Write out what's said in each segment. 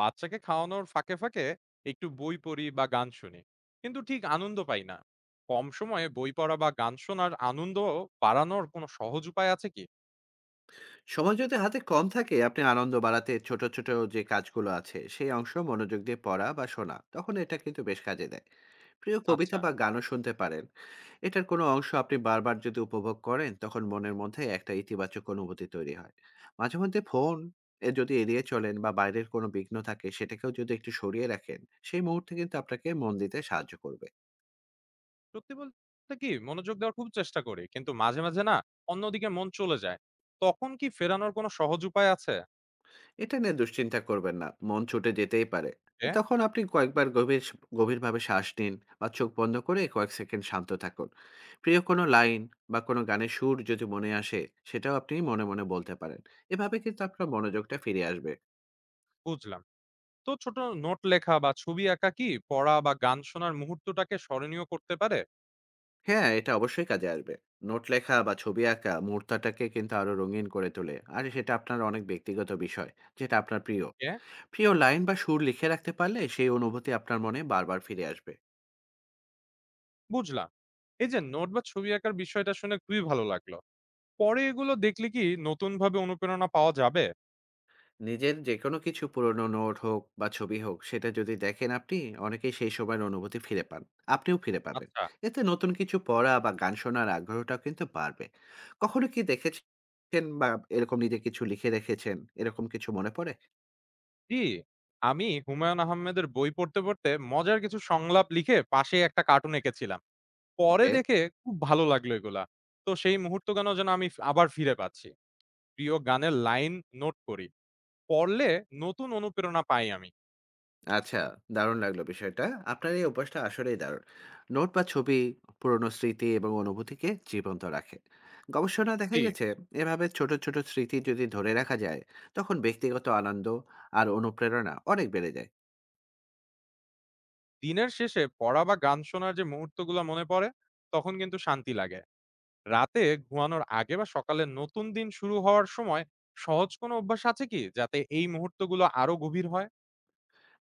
বাচ্চাকে খাওয়ানোর ফাঁকে ফাঁকে একটু বই পড়ি বা গান শুনি, কিন্তু ঠিক আনন্দ পাই না। কম সময়ে বই পড়া বা গান শোনার আনন্দ বাড়ানোর কোনো সহজ উপায় আছে কি? সময় যদি হাতে কম থাকে, আপনি আনন্দ বাড়াতে ছোট ছোট যে কাজগুলো আছে সেই অংশ মনোযোগ দিয়ে পড়া বা শোনা, তখন এটা কিন্তু বেশ কাজে দেয়। প্রিয় কবিতা আচ্ছা। বা গানও শুনতে পারেন। এটার কোনো অংশ আপনি বারবার যদি উপভোগ করেন, তখন মনের মধ্যে একটা ইতিবাচক অনুভূতি তৈরি হয়। মাঝে মধ্যে ফোন এ যদি এড়িয়ে চলেন বা বাইরের কোনো বিঘ্ন থাকে, সেটাকেও যদি একটু সরিয়ে রাখেন, সেই মুহূর্তে কিন্তু আপনাকে মন দিতে সাহায্য করবে। সত্যি বলতে কি, মনোযোগ দেওয়ার খুব চেষ্টা করি, কিন্তু মাঝে মাঝে না অন্যদিকে মন চলে যায়। তখন কি ফেরানোর কোনো সহজ উপায় আছে? এটা নিয়ে দুশ্চিন্তা করবেন না, মন ছুটে যেতেই পারে। এ, তখন আপনি কয়েকবার গভীর গভীরভাবে শ্বাস নিন বা চোখ বন্ধ করে কয়েক সেকেন্ড শান্ত থাকুন। প্রিয় কোনো লাইন বা কোনো গানের সুর যদি মনে আসে, সেটাও আপনি মনে মনে বলতে পারেন। এভাবে কিন্তু আপনার মনোযোগটা ফিরে আসবে। বুঝলাম। তো ছোট নোট লেখা বা ছবি আঁকা কি পড়া বা গান শোনার মুহূর্তটাকে স্মরণীয় করতে পারে? হ্যাঁ, এটা অবশ্যই কাজে আসবে। নোট লেখা বা ছবি আঁকা মুহূর্তটাকে কিন্তু আরো রঙিন করে তোলে, আর সেটা আপনার অনেক ব্যক্তিগত বিষয় যেটা আপনার প্রিয়। ওকে। প্রিয় লাইন বা সুর লিখে রাখতে পারলে সেই অনুভূতি আপনার মনে বারবার ফিরে আসবে। বুঝলাম। এই যে নোট বা ছবি আঁকার বিষয়টা শুনে খুবই ভালো লাগলো। পরে এগুলো দেখলে কি নতুনভাবে অনুপ্রেরণা পাওয়া যাবে? নিজের যেকোনো কিছু পুরনো নোট হোক বা ছবি হোক, সেটা যদি দেখেন আপনি, অনেকেই সেই সময়ের অনুভূতি ফিরে পান, আপনিও ফিরে পাবেন। আচ্ছা। এতে নতুন কিছু পড়া বা গান শোনার আগ্রহটাও কিন্তু বাড়বে। কখনো কি দেখেছেন বা এরকম নিজে কিছু লিখে রেখেছেন, এরকম কিছু মনে পড়ে? জি, আমি হুমায়ূন আহমেদের বই পড়তে, পড়তে মজার কিছু সংলাপ লিখে পাশে একটা কার্টুন এঁকেছিলাম। পরে ওকে। দেখে খুব ভালো লাগলো এগুলা। তো সেই মুহূর্তগুলো যেন আমি আবার ফিরে পাচ্ছি। প্রিয় গানের লাইন নোট করি। পড়লে নতুন অনুপ্রেরণা পাই আমি। আচ্ছা, দারুণ লাগলো বিষয়টা। আপনার এই অভ্যাসটা আসলেই দারুণ। নোট বা ছবি পুরনো স্মৃতি এবং অনুভূতিকে জীবন্ত রাখে। গবেষণায় দেখা জি, গেছে, এভাবে ছোট, ছোট স্মৃতি যদি ধরে রাখা যায়, তখন ব্যক্তিগত আনন্দ আর অনুপ্রেরণা অনেক বেড়ে যায়। দিনের শেষে পড়া বা গান শোনার যে মুহূর্তগুলো মনে পড়ে, তখন কিন্তু শান্তি লাগে। রাতে ঘুমানোর আগে বা সকালে নতুন দিন শুরু হওয়ার সময় সহজ কোনো অভ্যাস আছে কি, যাতে এই মুহূর্তগুলো আরো গভীর হয়?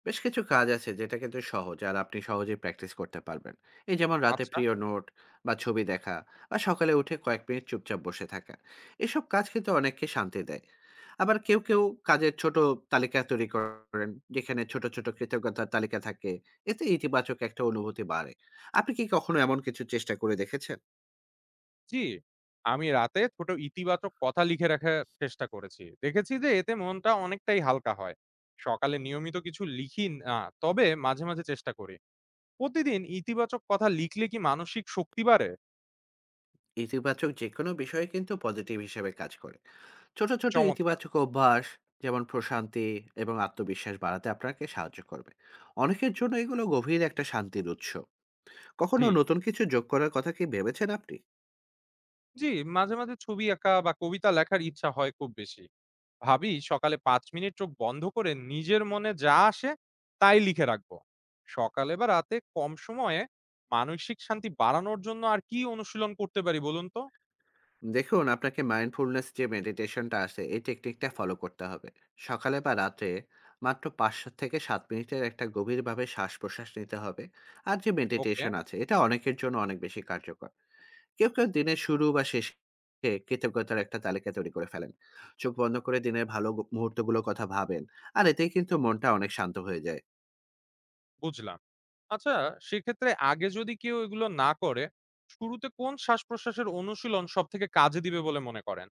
বেশ কিছু কাজ আছে যেটা কিন্তু সহজ আর আপনি সহজেই প্র্যাকটিস করতে পারবেন। এই যেমন রাতে আচ্ছা। প্রিয় নোট বা ছবি দেখা, বা সকালে উঠে কয়েক মিনিট চুপচাপ বসে থাকা, এসব কাজ কিন্তু অনেককে শান্তি দেয়। আবার কেউ কেউ কাজের ছোট তালিকা তৈরি করেন, যেখানে ছোট ছোট কৃতজ্ঞতার তালিকা থাকে। এতে ইতিবাচক একটা অনুভূতি বাড়ে। আপনি কি কখনো এমন কিছু চেষ্টা করে দেখেছেন? জি, আমি রাতে ছোট ইতিবাচক কথা লিখে রাখার চেষ্টা করেছি, দেখেছি যে এতে মনটা অনেকটাই হালকা হয়। সকালে নিয়মিত কিছু লিখি না, তবে মাঝে মাঝে চেষ্টা করি। প্রতিদিন ইতিবাচক কথা লিখলে কি মানসিক শক্তি বাড়ে? ইতিবাচক যে কোনো বিষয় কিন্তু পজিটিভ হিসেবে কাজ করে। ছোট ছোট চমৎকার। ইতিবাচক অভ্যাস, যেমন প্রশান্তি এবং আত্মবিশ্বাস বাড়াতে আপনাকে সাহায্য করবে। অনেকের জন্য এগুলো গভীর একটা শান্তির উৎস। কখনো জি নতুন কিছু যোগ করার কথা কি ভেবেছেন আপনি? জি মাঝে মাঝে ছবি আঁকা বা কবিতা লেখার ইচ্ছা হয় খুব বেশি। ভাবি, সকালে ৫ মিনিট চোখ বন্ধ করে নিজের মনে যা আসে তাই লিখে রাখবো। সকালে বা রাতে কম সময়ে মানসিক শান্তি বাড়ানোর জন্য আর কি অনুশীলন করতে পারি, বলুন তো? দেখুন, আপনাকে মাইন্ডফুলনেস যে মেডিটেশনটা আছে, এই টেকনিকটা ফলো করতে হবে। সকালে বা রাতে মাত্র ৫ থেকে ৭ মিনিটের একটা গভীরভাবে শ্বাস প্রশ্বাস নিতে হবে। আর যে ওকে। মেডিটেশন আছে, এটা অনেকের জন্য অনেক বেশি কার্যকর। কেউ, কেউ দিনের শুরু বা শেষে কৃতজ্ঞতার একটা তালিকা তৈরি করে ফেলেন। চোখ বন্ধ করে দিনের ভালো মুহূর্তগুলোর কথা ভাবেন। আর এতেই কিন্তু মনটা অনেক শান্ত হয়ে যায়। বুঝলাম। আচ্ছা। সেক্ষেত্রে আগে যদি কেউ এগুলো না করে, শুরুতে কোন শ্বাস প্রশ্বাসের অনুশীলন সব থেকে কাজে দিবে বলে মনে করেন?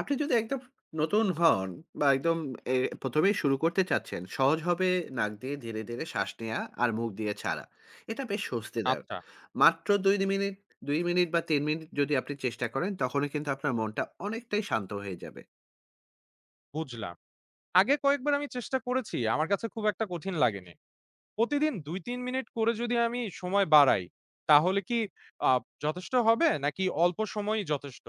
আপনি যদি একদম নতুন হন বা একদম এ ১ম এই শুরু করতে চাচ্ছেন, সহজ হবে নাক দিয়ে ধীরে, ধীরে শ্বাস নেয়া আর মুখ দিয়ে ছাড়া। এটা বেশ স্বস্তিদায়ক। আচ্ছা। মাত্র ২ মিনিট, ২ মিনিট বা ৩ মিনিট যদি আপনি চেষ্টা করেন, তখনই কিন্তু আপনার মনটা অনেকটাই শান্ত হয়ে যাবে। বুঝলাম। আগে কয়েকবার আমি চেষ্টা করেছি, আমার কাছে খুব একটা কঠিন লাগেনি। প্রতিদিন ২-৩ মিনিট করে যদি আমি সময় বাড়াই, তাহলে কি আ যথেষ্ট হবে? নাকি অল্প সময়ই যথেষ্ট?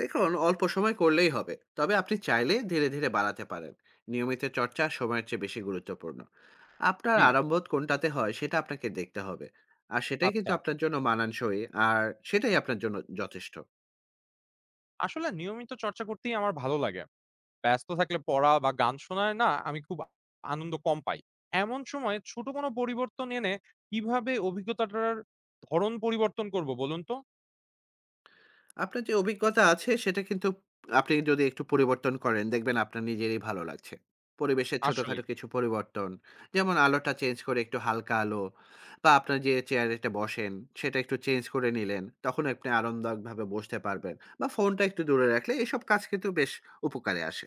দেখুন, অল্প সময় করলেই হবে, তবে আপনি চাইলে ধীরে ধীরে বাড়াতে পারেন। নিয়মিত চর্চা সময়ের চেয়ে বেশি গুরুত্বপূর্ণ। আপনার জি, আরামবোধ কোনটাতে হয়, সেটা আপনাকে দেখতে হবে। আর সেটাই কিন্তু আচ্ছা। আপনার জন্য মানানসই, আর সেটাই আপনার জন্য যথেষ্ট। আসলে নিয়মিত চর্চা করতেই আমার ভালো লাগে। ব্যস্ত থাকলে পড়া বা গান শোনায় না আমি খুব আনন্দ কম পাই। এমন সময়ে ছোট কোনো পরিবর্তন এনে কিভাবে অভিজ্ঞতাটার ধরন পরিবর্তন করব, বলুন তো? আপনার যে অভিজ্ঞতা আছে সেটা কিন্তু আপনি যদি একটু পরিবর্তন করেন, দেখবেন আপনার নিজেরই ভালো লাগছে। পরিবেশের আসলেই। ছোটখাটো কিছু পরিবর্তন। যেমন আলোটা চেঞ্জ করে একটু হালকা আলো, বা আপনার যে চেয়ারে একটা বসেন সেটা একটু চেঞ্জ করে নিলেন, তখন আপনি আরামদায়কভাবে বসতে পারবেন। বা ফোনটা একটু দূরে রাখলে এসব কাজ কিন্তু বেশ উপকারে আসে।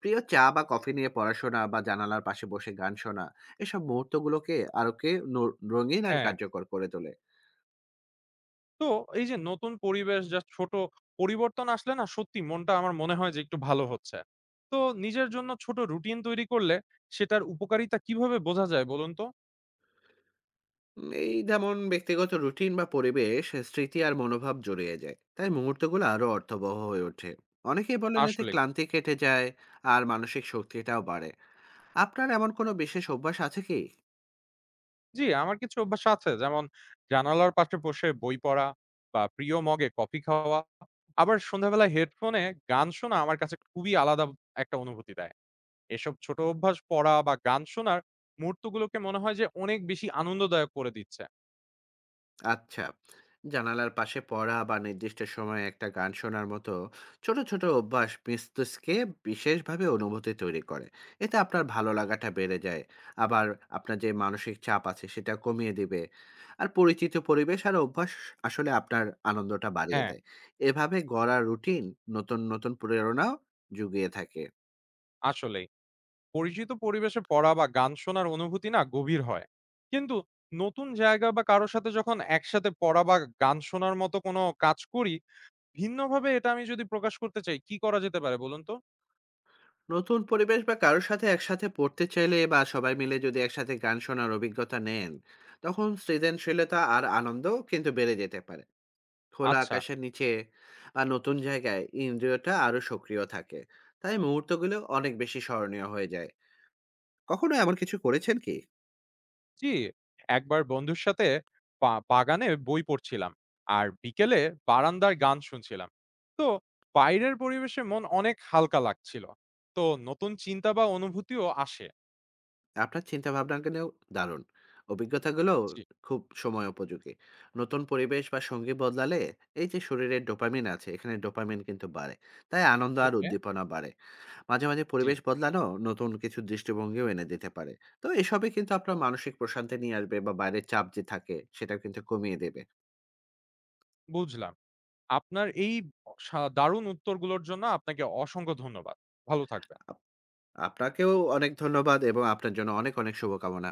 প্রিয় চা বা কফি নিয়ে পড়াশোনা বা জানালার পাশে বসে গান শোনা, এসব মুহূর্তগুলোকে আরও কে ন রঙিন আর হ্যাঁ। কার্যকর করে তোলে। তো এই যে নতুন পরিবেশ, জাস্ট ছোট পরিবর্তন, আসলে না সত্যি মনটা আমার মনে হয় যে একটু ভালো হচ্ছে। তো নিজের জন্য ছোট রুটিন তৈরি করলে সেটার উপকারিতা কিভাবে বোঝা যায়, বলুন তো? এই যেমন ব্যক্তিগত রুটিন বা পরিবেশ, স্মৃতি আর মনোভাব জড়িয়ে যায়, তাই মুহূর্তগুলো আরো অর্থবহ হয়ে ওঠে। অনেকেই বলেন এতে আসলেই। ক্লান্তি কেটে যায় আর মানসিক শক্তিটাও বাড়ে। আপনার এমন কোনো বিশেষ অভ্যাস আছে কি? জি, আমার কিছু অভ্যাস আছে, যেমন জানালার পাশে বসে বই পড়া বা প্রিয় মগে কফি খাওয়া। আবার সন্ধ্যাবেলায় হেডফোনে গান শোনা আমার কাছে খুবই আলাদা একটা অনুভূতি দেয়। এসব ছোট অভ্যাস পড়া বা গান শোনার মুহূর্তগুলোকে মনে হয় যে অনেক বেশি আনন্দদায়ক করে দিচ্ছে। আচ্ছা। জানালার পাশে পড়া বা নির্দিষ্ট সময়ে একটা গান শোনার মতো ছোট, ছোট অভ্যাস মস্তিষ্কে বিশেষভাবে অনুভূতি তৈরি করে। এতে আপনার ভালো লাগাটা বেড়ে যায়। আবার আপনার যে মানসিক চাপ আছে সেটা কমিয়ে দিবে। আর পরিচিত পরিবেশ আর অভ্যাস আসলে আপনার আনন্দটা বাড়িয়ে হ্যাঁ, দেয়। এভাবে গড়া রুটিন নতুন, নতুন প্রেরণাও জুগিয়ে থাকে। আসলেই। পরিচিত পরিবেশে পড়া বা গান শোনার অনুভূতি না গভীর হয়, কিন্তু নতুন জায়গা বা কারোর সাথে যখন একসাথে পড়া বা গান শোনার মতো কোনো কাজ করি, ভিন্নভাবে এটা আমি যদি প্রকাশ করতে চাই কি করা যেতে পারে বলুন তো। নতুন পরিবেশ বা কারোর সাথে একসাথে পড়তে চাইলে বা সবাই মিলে যদি একসাথে গান শোনার অভিজ্ঞতা নেন, তখন সৃজনশীলতা আর আনন্দ কিন্তু বেড়ে যেতে পারে। খোলা আচ্ছা। আকাশের নিচে আর নতুন জায়গায় ইন্দ্রিয়টা আরো সক্রিয় থাকে, তাই মুহূর্তগুলো অনেক বেশি স্মরণীয় হয়ে যায়। কখনো এমন কিছু করেছেন কি? জি, একবার বন্ধুর সাথে বাগানে বই পড়ছিলাম, আর বিকেলে বারান্দার গান শুনছিলাম। তো বাইরের পরিবেশে মন অনেক হালকা লাগছিল। তো নতুন চিন্তা বা অনুভূতিও আসে। আপনার চিন্তা ভাবনাকেও দারুণ অভিজ্ঞতাগুলো, জি। খুব সময় উপযোগী। নতুন পরিবেশ বা সঙ্গী বদলালে এই যে শরীরের ডোপামিন আছে, এখানে ডোপামিন কিন্তু বাড়ে, তাই আনন্দ আর ওকে। উদ্দীপনা বাড়ে। মাঝে, মাঝে জি। পরিবেশ বদলানো নতুন কিছু দৃষ্টিভঙ্গিও এনে দিতে পারে। তো এসবে কিন্তু আপনার মানসিক প্রশান্তি নিয়ে আসবে বা বাইরের চাপ যে থাকে সেটাও কিন্তু কমিয়ে দেবে। বুঝলাম। আপনার এই দারুণ উত্তরগুলোর জন্য আপনাকে অসংখ্য ধন্যবাদ। ভালো থাকবেন। আপ আপনাকেও অনেক ধন্যবাদ, এবং আপনার জন্য অনেক, অনেক শুভকামনা।